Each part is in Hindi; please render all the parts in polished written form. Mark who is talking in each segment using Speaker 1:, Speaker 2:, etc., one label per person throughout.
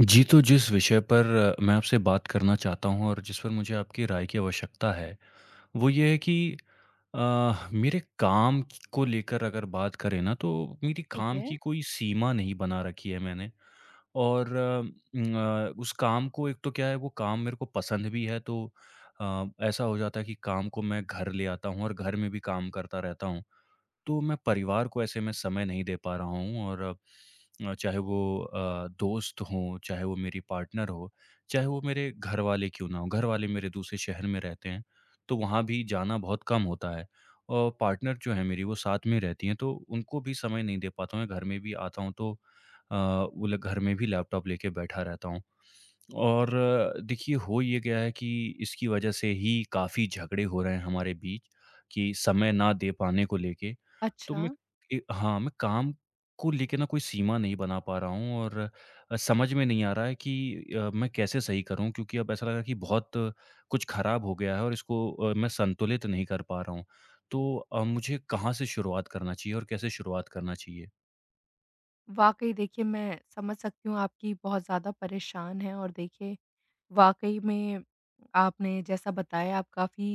Speaker 1: जी, तो जिस विषय पर मैं आपसे बात करना चाहता हूँ और जिस पर मुझे आपकी राय की आवश्यकता है, वो ये है कि को लेकर अगर बात करें ना, तो मेरी
Speaker 2: ठीक
Speaker 1: काम
Speaker 2: है।
Speaker 1: की कोई सीमा नहीं बना रखी है मैंने। और अ, न, अ, उस काम को एक तो क्या है, वो काम मेरे को पसंद भी है, तो ऐसा हो जाता है कि काम को मैं घर ले आता हूँ और घर में भी काम करता रहता हूँ। तो मैं परिवार को ऐसे में समय नहीं दे पा रहा हूँ। और चाहे वो दोस्त हों, चाहे वो मेरी पार्टनर हो, चाहे वो मेरे घर वाले क्यों ना हों, घर वाले मेरे दूसरे शहर में रहते हैं, तो वहाँ भी जाना बहुत कम होता है। और पार्टनर जो है मेरी वो साथ में रहती हैं, तो उनको भी समय नहीं दे पाता हूँ। मैं घर में भी आता हूँ तो अ, वो ल घर में भी लैपटॉप लेके बैठा रहता हूँ। और देखिए हो ये गया है कि इसकी वजह से ही काफ़ी झगड़े हो रहे हैं हमारे बीच कि समय ना दे पाने को लेके। तो
Speaker 2: अच्छा,
Speaker 1: मैं ए हाँ, मैं काम को लेके ना कोई सीमा नहीं बना पा रहा हूँ। और समझ में नहीं आ रहा है कि मैं कैसे सही करूँ, क्योंकि अब ऐसा लगा कि बहुत कुछ ख़राब हो गया है और इसको मैं संतुलित नहीं कर पा रहा हूँ। तो मुझे कहाँ से शुरुआत करना चाहिए और कैसे शुरुआत करना चाहिए?
Speaker 2: वाक़ई देखिए मैं समझ सकती हूँ आपकी बहुत ज़्यादा परेशान हैं और देखिए वाक़ई में आपने जैसा बताया आप काफ़ी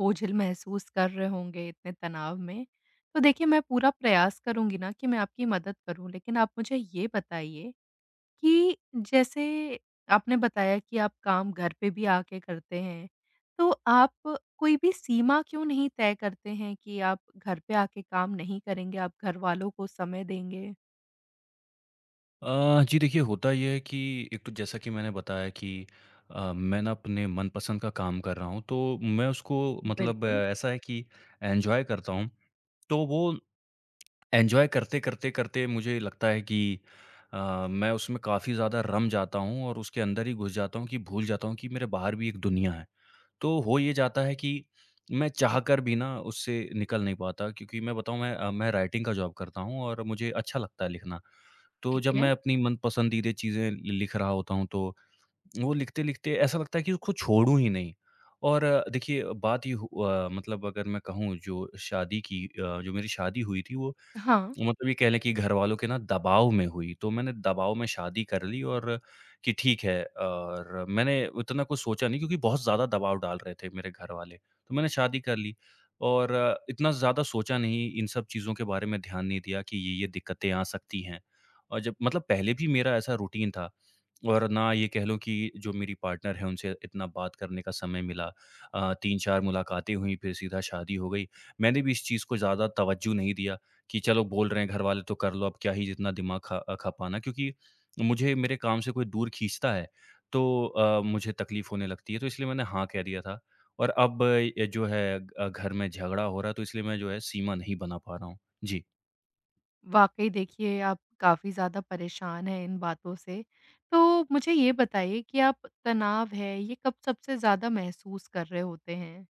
Speaker 2: बोझिल महसूस कर रहे होंगे इतने तनाव में। तो देखिए मैं पूरा प्रयास करूँगी ना कि मैं आपकी मदद करूँ लेकिन आप मुझे ये बताइए कि जैसे आपने बताया कि आप काम घर पे भी आके करते हैं, तो आप कोई भी सीमा क्यों नहीं तय करते हैं कि आप घर पे आके काम नहीं करेंगे, आप घरवालों को समय देंगे?
Speaker 1: जी देखिए, होता ये है कि एक तो जैसा कि मैंने बताया कि मैं ना अपने मनपसंद का काम कर रहा हूँ, तो मैं उसको मतलब
Speaker 2: बिल्कुल,
Speaker 1: ऐसा है कि एन्जॉय करता हूँ। तो वो एन्जॉय करते-करते करते करते मुझे लगता है कि मैं उसमें काफ़ी ज़्यादा रम जाता हूँ और उसके अंदर ही घुस जाता हूँ कि भूल जाता हूँ कि मेरे बाहर भी एक दुनिया है। तो हो ये जाता है कि मैं चाहकर भी ना उससे निकल नहीं पाता, क्योंकि मैं बताऊँ मैं राइटिंग का जॉब करता हूँ और मुझे अच्छा लगता है लिखना। तो जब
Speaker 2: ठीक है।
Speaker 1: मैं अपनी मन पसंदीदा चीज़ें लि लिख रहा होता हूँ, तो वो लिखते-लिखते ऐसा लगता है कि उसको छोड़ूँ ही नहीं। और देखिए, बात ये हु अ, मतलब अगर मैं कहूँ जो मेरी शादी हुई थी, वो
Speaker 2: हाँ,
Speaker 1: मतलब ये कह लें कि घरवालों के ना दबाव में हुई, तो मैंने दबाव में शादी कर ली। और कि ठीक है और मैंने उतना कुछ सोचा नहीं, क्योंकि बहुत ज़्यादा दबाव डाल रहे थे मेरे घरवाले, तो मैंने शादी कर ली और इतना ज़्यादा सोचा नहीं, इन सब चीज़ों के बारे में ध्यान नहीं दिया कि ये-ये दिक्कतें आ सकती हैं। और जब मतलब पहले भी मेरा ऐसा रूटीन था और ना ये कह लो कि जो मेरी पार्टनर है उनसे इतना बात करने का समय मिला। 3-4 मुलाकातें हुई, फिर सीधा शादी हो गई। मैंने भी इस चीज़ को ज़्यादा तवज्जो नहीं दिया कि चलो बोल रहे हैं घर वाले तो कर लो, अब क्या ही जितना दिमाग खपाना, क्योंकि मुझे मेरे काम से कोई दूर खींचता है, तो मुझे तकलीफ़ होने लगती है, तो इसलिए मैंने हाँ कह दिया था। और अब ये जो है घर में झगड़ा हो रहा है, तो इसलिए मैं जो है सीमा नहीं बना पा रहा हूँ। जी।
Speaker 2: वाक़ई देखिए आप काफ़ी ज़्यादा परेशान हैं इन बातों से। तो मुझे ये बताइए कि आप तनाव है, ये कब सबसे ज़्यादा महसूस कर रहे होते हैं?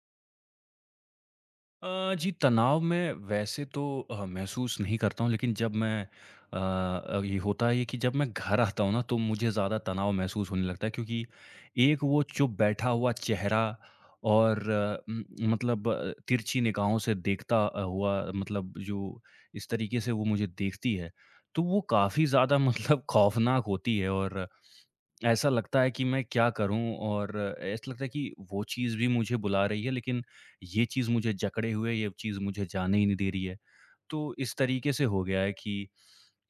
Speaker 1: जी, तनाव मैं वैसे तो महसूस नहीं करता हूँ, लेकिन जब मैं ये होता है कि जब मैं घर आता हूँ ना तो मुझे ज़्यादा तनाव महसूस होने लगता है, क्योंकि एक वो चुप बैठा हुआ चेहरा और उम, मतलब तिरछी निगाहों से देखता हुआ मतलब जो इस तरीके से वो मुझे देखती है, तो वो काफ़ी ज़्यादा मतलब खौफ़नाक होती है। और ऐसा लगता है कि मैं क्या करूं, और ऐसा लगता है कि वो चीज़ भी मुझे बुला रही है लेकिन ये चीज़ मुझे जकड़े हुए है, ये चीज़ मुझे जाने ही नहीं दे रही है। तो इस तरीके से हो गया है कि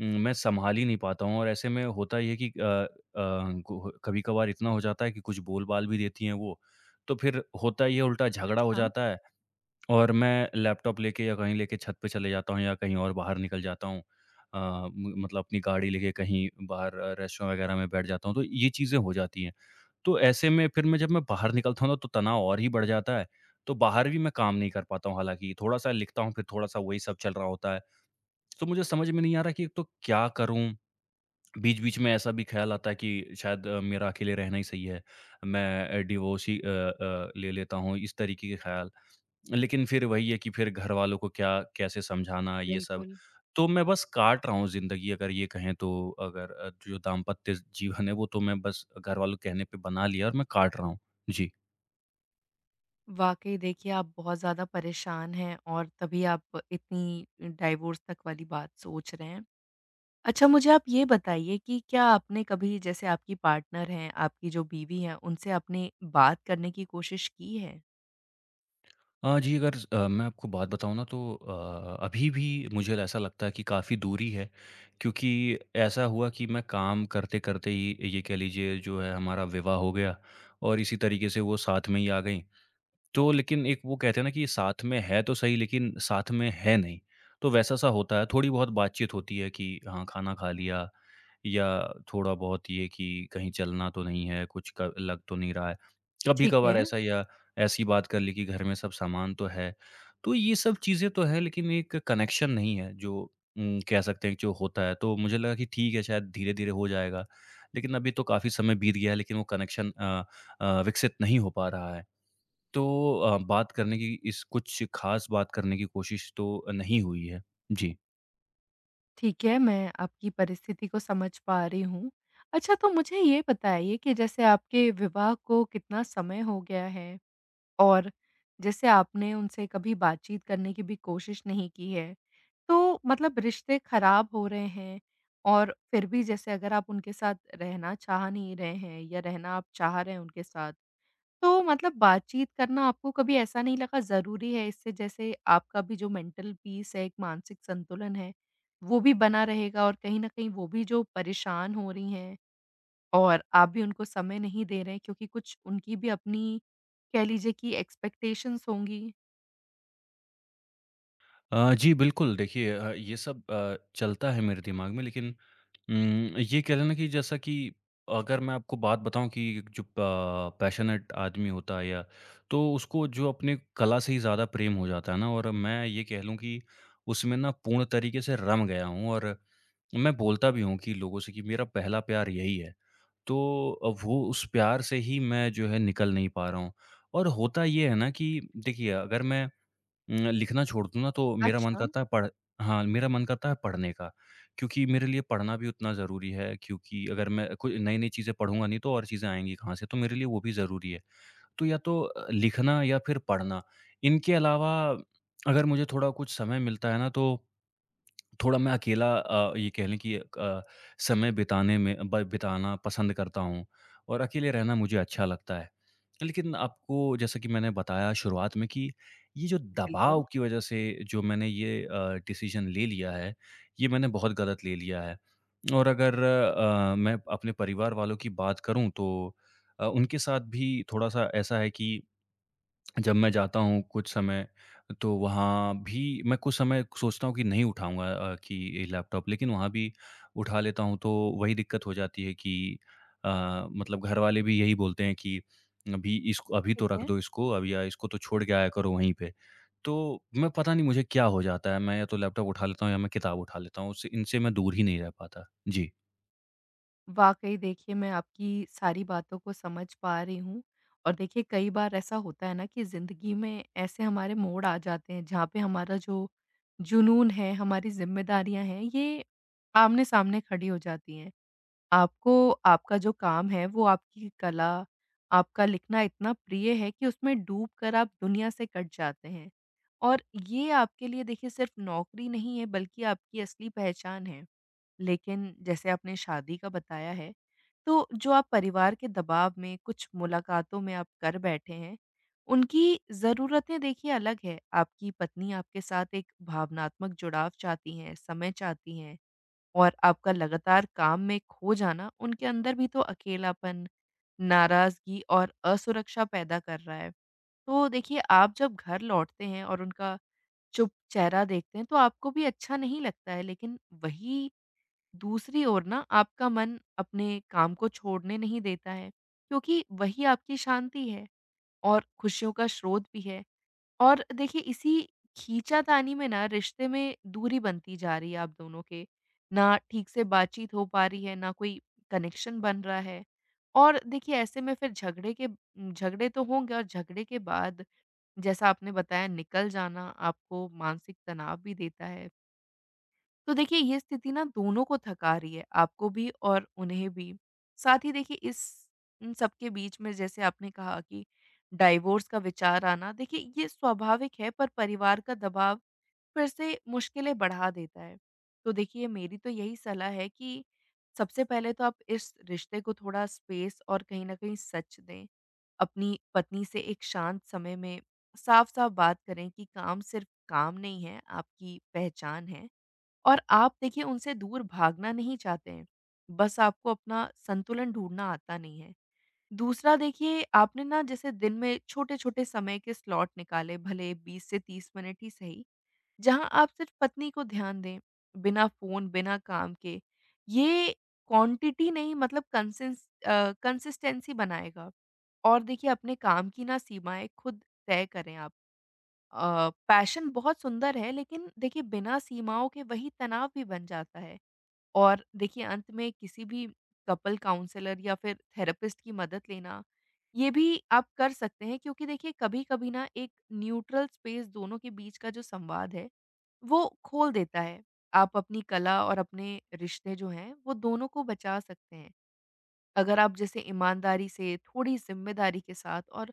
Speaker 1: मैं सँभाल ही नहीं पाता हूँ, और ऐसे में होता ये है कि अ अ, गो कभी-कभार इतना हो जाता है कि कुछ बोल-बाल भी देती हैं वो, तो फिर होता ये है उल्टा झगड़ा हो
Speaker 2: अच्छा,
Speaker 1: जाता है। और मैं लैपटॉप लेके या कहीं लेके छत पे चले जाता हूँ या कहीं और बाहर निकल जाता हूँ। अ, म मतलब अपनी गाड़ी लेके कहीं बाहर रेस्टोरेंट वगैरह में बैठ जाता हूँ, तो ये चीज़ें हो जाती हैं। तो ऐसे में फिर मैं जब मैं बाहर निकलता हूँ ना, तो तनाव और ही बढ़ जाता है। तो बाहर भी मैं काम नहीं कर पाता हूँ हालाँकि, थोड़ा-सा लिखता हूँ, फिर थोड़ा-सा वही सब चल रहा होता है। तो मुझे समझ में नहीं आ रहा कि एक तो क्या करूँ? बीच-बीच में ऐसा भी ख़्याल आता है कि शायद मेरा अकेले रहना ही सही है। मैं डिवोर्स ही ले लेता हूँ, इस तरीके के ख़्याल। लेकिन फिर वही है कि फिर घरवालों को क्या कैसे समझाना ये सब।
Speaker 2: बिल्कुल।
Speaker 1: तो मैं बस काट रहा हूँ ज़िंदगी, अगर ये कहें तो अगर जो दाम्पत्य जीवन है वो तो मैं बस घरवालों के कहने पे बना लिया और मैं काट रहा हूँ। जी।
Speaker 2: वाक़ई देखिए, आप बहुत ज़्यादा परेशान हैं और तभी आप इतनी डाइवोर्स तक वाली बात सोच रहे हैं। अच्छा मुझे आप ये बताइए कि क्या आपने कभी जैसे आपकी पार्टनर हैं, आपकी जो बीवी हैं, उनसे आपने बात करने की कोशिश की है?
Speaker 1: जी, अगर मैं आपको बात बताऊँ ना तो अभी भी मुझे ऐसा लगता है कि काफ़ी दूरी है, क्योंकि ऐसा हुआ कि मैं काम करते-करते ही ये कह लीजिए जो है हमारा विवाह हो गया और इसी तरीके से वो साथ में ही आ गई। तो लेकिन एक वो कहते हैं ना कि साथ में है तो सही लेकिन साथ में है नहीं, तो वैसा-सा होता है। थोड़ी बहुत बातचीत होती है कि हाँ, खाना खा लिया, या थोड़ा बहुत ये कि कहीं चलना तो नहीं है, कुछ क लग तो नहीं रहा है।
Speaker 2: ठीक
Speaker 1: कभी-कभार
Speaker 2: है,
Speaker 1: ऐसा, या ऐसी बात कर ली कि घर में सब सामान तो है। तो ये सब चीज़ें तो है लेकिन एक कनेक्शन नहीं है जो कह सकते हैं कि जो होता है, तो मुझे लगा कि ठीक है शायद धीरे-धीरे हो जाएगा, लेकिन अभी तो काफ़ी समय बीत गया है लेकिन वो कनेक्शन विकसित नहीं हो पा रहा है। तो अ, बात करने की इस कुछ ख़ास बात करने की कोशिश तो नहीं हुई है। जी।
Speaker 2: ठीक है, मैं आपकी परिस्थिति को समझ पा रही हूँ। अच्छा तो मुझे ये बताइए कि जैसे आपके विवाह को कितना समय हो गया है? और जैसे आपने उनसे कभी बातचीत करने की भी कोशिश नहीं की है, तो मतलब रिश्ते खराब हो रहे हैं और फिर भी जैसे अगर आप उनके साथ रहना चाह नहीं रहे हैं या रहना आप चाह रहे हैं उनके साथ, तो मतलब बातचीत करना आपको कभी ऐसा नहीं लगा ज़रूरी है इससे जैसे आपका भी जो मेंटल पीस है, एक मानसिक संतुलन है, वो भी बना रहेगा और कहीं न कहीं वो भी जो परेशान हो रही हैं और आप भी उनको समय नहीं दे रहे हैं, क्योंकि कुछ उनकी भी अपनी कह लीजिए कि एक्सपेक्टेशंस होंगी।
Speaker 1: जी बिल्कुल, देखिए ये सब चलता है मेरे दिमाग में, लेकिन ये कह लें ना कि जैसा कि अगर मैं आपको बात बताऊँ कि एक जो प पैशनेट आदमी होता है या तो उसको जो अपने कला से ही ज़्यादा प्रेम हो जाता है ना, और मैं ये कह लूँ कि उसमें ना पूर्ण तरीके से रम गया हूँ, और मैं बोलता भी हूँ कि लोगों से कि मेरा पहला प्यार यही है। तो वो उस प्यार से ही मैं जो है निकल नहीं पा रहा हूँ। और होता ये है ना कि देखिए अगर मैं लिखना छोड़ दूँ ना तो मेरा मन
Speaker 2: अच्छा,
Speaker 1: करता है पढ़ हाँ, मेरा मन करता है पढ़ने का। क्योंकि मेरे लिए पढ़ना भी उतना ज़रूरी है, क्योंकि अगर मैं कोई नई-नई चीज़ें पढ़ूँगा नहीं तो और चीज़ें आएँगी कहाँ से? तो मेरे लिए वो भी ज़रूरी है। तो या तो लिखना या फिर पढ़ना। इनके अलावा अगर मुझे थोड़ा कुछ समय मिलता है ना तो थोड़ा मैं अकेला ये कह लें कि समय बिताने में ब बिताना पसंद करता हूँ, और अकेले रहना मुझे अच्छा लगता है। लेकिन आपको जैसा कि मैंने बताया शुरुआत में कि ये जो दबाव
Speaker 2: बिल्कुल,
Speaker 1: की वजह से जो मैंने ये डिसीज़न ले लिया है, ये मैंने बहुत गलत ले लिया है। और अगर मैं अपने परिवार वालों की बात करूँ तो उनके साथ भी थोड़ा-सा ऐसा है कि जब मैं जाता हूँ कुछ समय, तो वहाँ भी मैं कुछ समय सोचता हूँ कि नहीं उठाऊँगा कि ये लैपटॉप, लेकिन वहाँ भी उठा लेता हूँ तो वही दिक्कत हो जाती है कि अ, मतलब घर वाले भी यही बोलते हैं कि अभी इसको अभी तो
Speaker 2: ठीक
Speaker 1: रख
Speaker 2: है।
Speaker 1: दो इसको अब, या इसको तो छोड़ के आया करो वहीं पे। तो मैं पता नहीं मुझे क्या हो जाता है, मैं या तो लैपटॉप उठा लेता हूँ या मैं किताब उठा लेता हूँ, उससे इनसे मैं दूर ही नहीं रह पाता। जी।
Speaker 2: वाक़ई देखिए मैं आपकी सारी बातों को समझ पा रही हूँ और देखिए कई बार ऐसा होता है ना कि ज़िंदगी में ऐसे हमारे मोड़ आ जाते हैं जहाँ पे हमारा जो जुनून है, हमारी ज़िम्मेदारियाँ हैं, ये आमने-सामने खड़ी हो जाती हैं। आपको आपका जो काम है वो आपकी कला, आपका लिखना इतना प्रिय है कि उसमें डूबकर आप दुनिया से कट जाते हैं। और ये आपके लिए देखिए सिर्फ़ नौकरी नहीं है, बल्कि आपकी असली पहचान है। लेकिन जैसे आपने शादी का बताया है, तो जो आप परिवार के दबाव में कुछ मुलाकातों में आप कर बैठे हैं, उनकी ज़रूरतें देखिए अलग है। आपकी पत्नी आपके साथ एक भावनात्मक जुड़ाव चाहती हैं, समय चाहती हैं। और आपका लगातार काम में खो जाना उनके अंदर भी तो अकेलापन, नाराज़गी और असुरक्षा पैदा कर रहा है। तो देखिए, आप जब घर लौटते हैं और उनका चुप चेहरा देखते हैं, तो आपको भी अच्छा नहीं लगता है, लेकिन वही दूसरी ओर ना आपका मन अपने काम को छोड़ने नहीं देता है, क्योंकि वही आपकी शांति है और खुशियों का स्रोत भी है। और देखिए इसी खींचातानी में ना रिश्ते में दूरी बनती जा रही है आप दोनों के। ना ठीक से बातचीत हो पा रही है, ना कोई कनेक्शन बन रहा है। और देखिए ऐसे में फिर झगड़े के झगड़े तो होंगे और झगड़े के बाद जैसा आपने बताया निकल जाना आपको मानसिक तनाव भी देता है। तो देखिए ये स्थिति ना दोनों को थका रही है, आपको भी और उन्हें भी। साथ ही देखिए इस इन सबके बीच में जैसे आपने कहा कि डाइवोर्स का विचार आना, देखिए ये स्वाभाविक है, पर परिवार का दबाव फिर से मुश्किलें बढ़ा देता है। तो देखिए मेरी तो यही सलाह है कि सबसे पहले तो आप इस रिश्ते को थोड़ा स्पेस और कहीं न कहीं सच दें। अपनी पत्नी से एक शांत समय में साफ-साफ बात करें कि काम सिर्फ़ काम नहीं है, आपकी पहचान है। और आप देखिए उनसे दूर भागना नहीं चाहते हैं, बस आपको अपना संतुलन ढूँढना आता नहीं है। दूसरा, देखिए आपने ना जैसे दिन में छोटे-छोटे समय के स्लॉट निकाले, भले 20 से 30 मिनट ही सही, जहाँ आप सिर्फ़ पत्नी को ध्यान दें, बिना फ़ोन, बिना काम के। ये क्वांटिटी नहीं, मतलब कंसिस्टेंसी बनाएगा। और देखिए अपने काम की ना सीमाएँ खुद तय करें आप। पैशन बहुत सुंदर है, लेकिन देखिए बिना सीमाओं के वही तनाव भी बन जाता है। और देखिए अंत में किसी भी कपल काउंसलर या फिर थेरेपिस्ट की मदद लेना, ये भी आप कर सकते हैं, क्योंकि देखिए कभी-कभी ना एक न्यूट्रल स्पेस दोनों के बीच का जो संवाद है वो खोल देता है। आप अपनी कला और अपने रिश्ते जो हैं वो दोनों को बचा सकते हैं। अगर आप जैसे ईमानदारी से, थोड़ी ज़िम्मेदारी के साथ और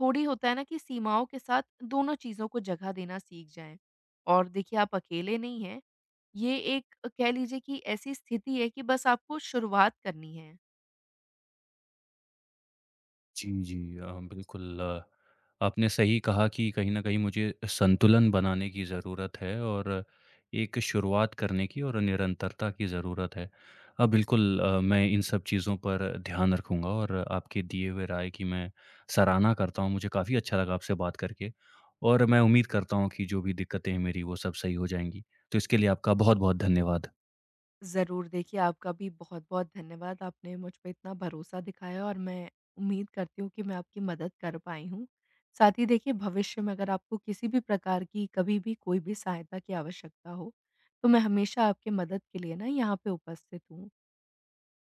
Speaker 2: थोड़ी होता है ना कि सीमाओं के साथ दोनों चीज़ों को जगह देना सीख जाएँ। और देखिए आप अकेले नहीं हैं, ये एक कह लीजिए कि ऐसी स्थिति है कि बस आपको शुरुआत करनी है।
Speaker 1: जी, जी। बिल्कुल, आपने सही कहा कि कहीं न कहीं मुझे संतुलन बनाने की ज़रूरत है और एक शुरुआत करने की और निरंतरता की ज़रूरत है। बिल्कुल, मैं इन सब चीज़ों पर ध्यान रखूँगा और आपके दिए हुए राय की मैं सराहना करता हूँ। मुझे काफ़ी अच्छा लगा आपसे बात करके, और मैं उम्मीद करता हूँ कि जो भी दिक्कतें हैं मेरी वो सब सही हो जाएँगी। तो इसके लिए आपका बहुत-बहुत धन्यवाद।
Speaker 2: ज़रूर, देखिए आपका भी बहुत-बहुत धन्यवाद। आपने मुझ पे इतना भरोसा दिखाया और मैं उम्मीद करती हूँ कि मैं आपकी मदद कर पाई हूँ। साथ ही देखिए भविष्य में अगर आपको किसी भी प्रकार की कभी भी कोई भी सहायता की आवश्यकता हो, तो मैं हमेशा आपकी मदद के लिए ना यहाँ पे उपस्थित हूँ।